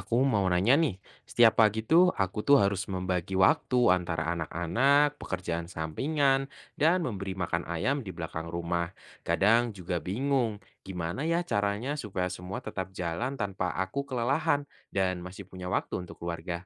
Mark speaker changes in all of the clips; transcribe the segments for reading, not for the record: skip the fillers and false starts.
Speaker 1: Aku mau nanya nih, setiap pagi tuh aku harus membagi waktu antara anak-anak, pekerjaan sampingan, dan memberi makan ayam di belakang rumah. Kadang juga bingung, gimana ya caranya supaya semua tetap jalan tanpa aku kelelahan dan masih punya waktu untuk keluarga.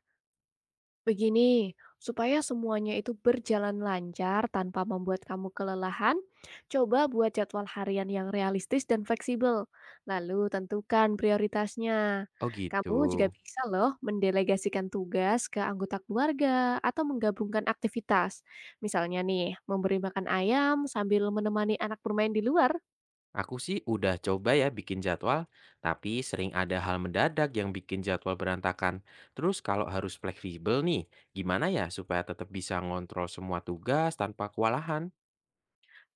Speaker 2: Begini, supaya semuanya itu berjalan lancar tanpa membuat kamu kelelahan, coba buat jadwal harian yang realistis dan fleksibel. Lalu tentukan prioritasnya.
Speaker 1: Oh gitu.
Speaker 2: Kamu juga bisa loh mendelegasikan tugas ke anggota keluarga atau menggabungkan aktivitas. Misalnya nih, memberi makan ayam sambil menemani anak bermain di luar.
Speaker 1: Aku sih udah coba ya bikin jadwal, tapi sering ada hal mendadak yang bikin jadwal berantakan. Terus kalau harus fleksibel nih, gimana ya supaya tetap bisa ngontrol semua tugas tanpa kewalahan?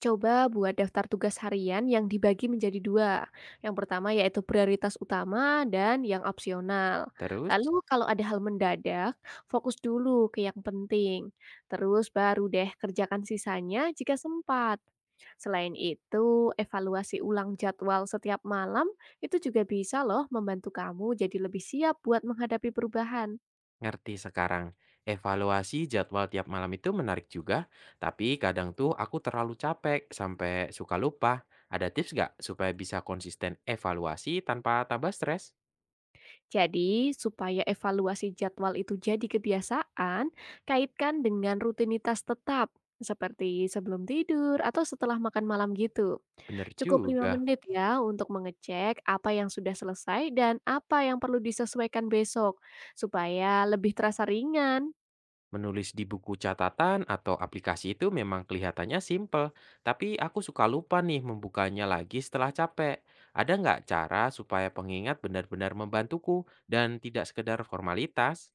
Speaker 2: Coba buat daftar tugas harian yang dibagi menjadi dua. Yang pertama yaitu prioritas utama dan yang opsional.
Speaker 1: Terus,
Speaker 2: Lalu kalau ada hal mendadak, fokus dulu ke yang penting. Terus baru deh kerjakan sisanya jika sempat. Selain itu, evaluasi ulang jadwal setiap malam itu juga bisa loh membantu kamu jadi lebih siap buat menghadapi perubahan.
Speaker 1: ngerti sekarang. Evaluasi jadwal tiap malam itu menarik juga, tapi kadang tuh aku terlalu capek sampai suka lupa. Ada tips nggak supaya bisa konsisten evaluasi tanpa tambah stres?
Speaker 2: Jadi, supaya evaluasi jadwal itu jadi kebiasaan, kaitkan dengan rutinitas tetap, seperti sebelum tidur atau setelah makan malam gitu.
Speaker 1: Bener
Speaker 2: Cukup 5
Speaker 1: juga.
Speaker 2: menit ya untuk mengecek apa yang sudah selesai dan apa yang perlu disesuaikan besok, supaya lebih terasa ringan.
Speaker 1: Menulis di buku catatan atau aplikasi itu memang kelihatannya simple, tapi aku suka lupa nih membukanya lagi setelah capek. Ada nggak cara supaya pengingat benar-benar membantuku dan tidak sekedar formalitas?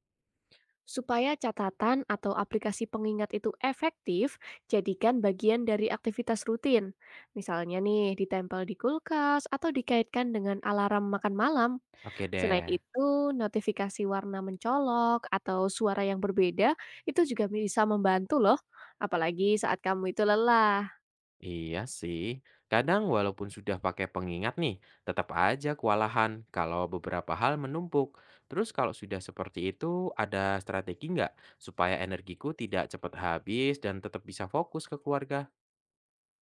Speaker 2: Supaya catatan atau aplikasi pengingat itu efektif, jadikan bagian dari aktivitas rutin. Misalnya nih, ditempel di kulkas atau dikaitkan dengan alarm makan malam.
Speaker 1: Oke
Speaker 2: Selain
Speaker 1: deh.
Speaker 2: itu, notifikasi warna mencolok atau suara yang berbeda itu juga bisa membantu loh, apalagi saat kamu itu lelah.
Speaker 1: Iya sih, kadang walaupun sudah pakai pengingat nih, tetap aja kewalahan kalau beberapa hal menumpuk. Terus kalau sudah seperti itu, ada strategi nggak supaya energiku tidak cepat habis dan tetap bisa fokus ke keluarga?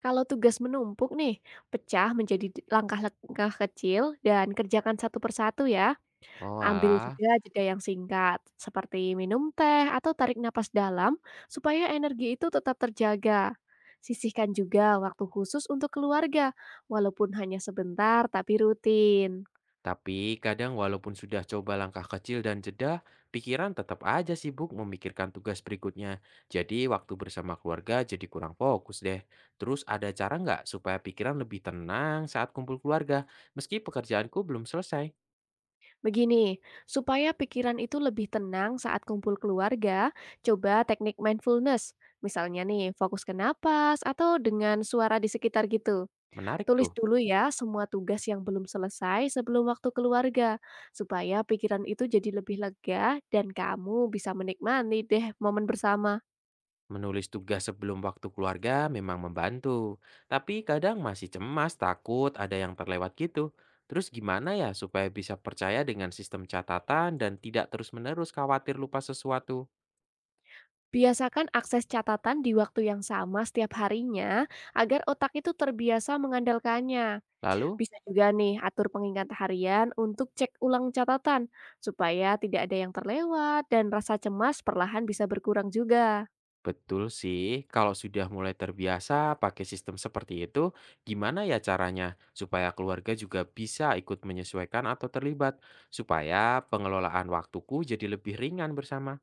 Speaker 2: Kalau tugas menumpuk nih, pecah menjadi langkah-langkah kecil dan kerjakan satu persatu ya.
Speaker 1: Oh
Speaker 2: Ambil
Speaker 1: alah.
Speaker 2: juga jeda yang singkat, seperti minum teh atau tarik napas dalam, supaya energi itu tetap terjaga. Sisihkan juga waktu khusus untuk keluarga, walaupun hanya sebentar tapi rutin.
Speaker 1: Tapi kadang walaupun sudah coba langkah kecil dan jeda, pikiran tetap aja sibuk memikirkan tugas berikutnya. Jadi waktu bersama keluarga jadi kurang fokus deh. Terus ada cara nggak supaya pikiran lebih tenang saat kumpul keluarga, meski pekerjaanku belum selesai?
Speaker 2: Begini, supaya pikiran itu lebih tenang saat kumpul keluarga, coba teknik mindfulness. Misalnya nih, fokus ke napas atau dengan suara di sekitar gitu.
Speaker 1: Menarik
Speaker 2: Tulis
Speaker 1: tuh.
Speaker 2: dulu ya semua tugas yang belum selesai sebelum waktu keluarga, supaya pikiran itu jadi lebih lega dan kamu bisa menikmati deh momen bersama.
Speaker 1: Menulis tugas sebelum waktu keluarga memang membantu. Tapi kadang masih cemas, takut ada yang terlewat gitu. Terus gimana ya supaya bisa percaya dengan sistem catatan dan tidak terus-menerus khawatir lupa sesuatu?
Speaker 2: Biasakan akses catatan di waktu yang sama setiap harinya agar otak itu terbiasa mengandalkannya.
Speaker 1: Lalu?
Speaker 2: Bisa juga nih atur pengingat harian untuk cek ulang catatan, supaya tidak ada yang terlewat dan rasa cemas perlahan bisa berkurang juga.
Speaker 1: Betul sih, kalau sudah mulai terbiasa pakai sistem seperti itu, gimana ya caranya supaya keluarga juga bisa ikut menyesuaikan atau terlibat, supaya pengelolaan waktuku jadi lebih ringan bersama?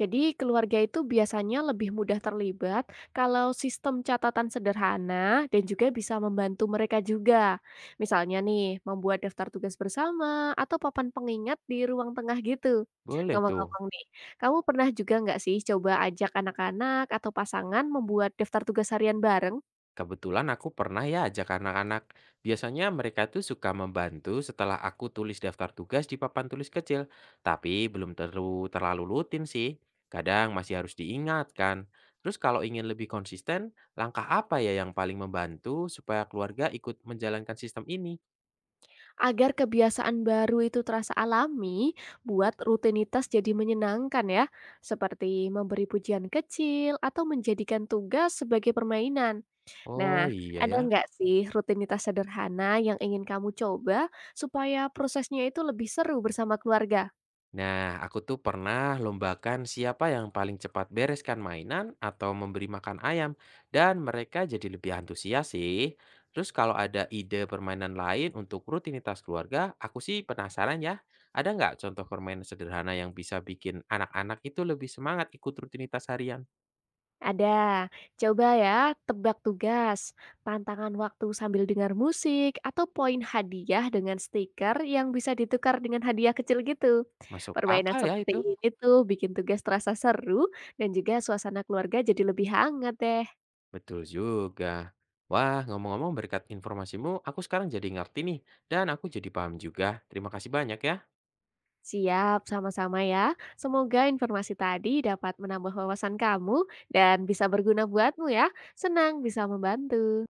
Speaker 2: Jadi keluarga itu biasanya lebih mudah terlibat kalau sistem catatan sederhana dan juga bisa membantu mereka juga. Misalnya nih, membuat daftar tugas bersama atau papan pengingat di ruang tengah gitu.
Speaker 1: Boleh tuh.
Speaker 2: Ngomong-ngomong nih, kamu pernah juga nggak sih coba ajak anak-anak atau pasangan membuat daftar tugas harian bareng?
Speaker 1: Kebetulan aku pernah ya ajak anak-anak. Biasanya mereka itu suka membantu setelah aku tulis daftar tugas di papan tulis kecil, tapi belum terlalu terlalu rutin sih. Kadang masih harus diingatkan. Terus kalau ingin lebih konsisten, langkah apa ya yang paling membantu supaya keluarga ikut menjalankan sistem ini?
Speaker 2: Agar kebiasaan baru itu terasa alami, buat rutinitas jadi menyenangkan ya, seperti memberi pujian kecil atau menjadikan tugas sebagai permainan.
Speaker 1: Oh
Speaker 2: Nah,
Speaker 1: iya
Speaker 2: ada
Speaker 1: ya.
Speaker 2: nggak sih rutinitas sederhana yang ingin kamu coba supaya prosesnya itu lebih seru bersama keluarga?
Speaker 1: Nah, aku tuh pernah lombakan siapa yang paling cepat bereskan mainan atau memberi makan ayam, dan mereka jadi lebih antusias sih. Terus kalau ada ide permainan lain untuk rutinitas keluarga, aku sih penasaran ya. Ada nggak contoh permainan sederhana yang bisa bikin anak-anak itu lebih semangat ikut rutinitas harian?
Speaker 2: Ada. Coba ya, tebak tugas, tantangan waktu sambil dengar musik, atau poin hadiah dengan stiker yang bisa ditukar dengan hadiah kecil gitu.
Speaker 1: Masuk
Speaker 2: Permainan
Speaker 1: akal ya
Speaker 2: seperti
Speaker 1: itu.
Speaker 2: ini tuh bikin tugas terasa seru dan juga suasana keluarga jadi lebih hangat deh.
Speaker 1: Betul juga. Wah, ngomong-ngomong berkat informasimu, aku sekarang jadi ngerti nih, dan aku jadi paham juga. Terima kasih banyak ya.
Speaker 2: Siap, sama-sama ya. Semoga informasi tadi dapat menambah wawasan kamu dan bisa berguna buatmu ya. Senang bisa membantu.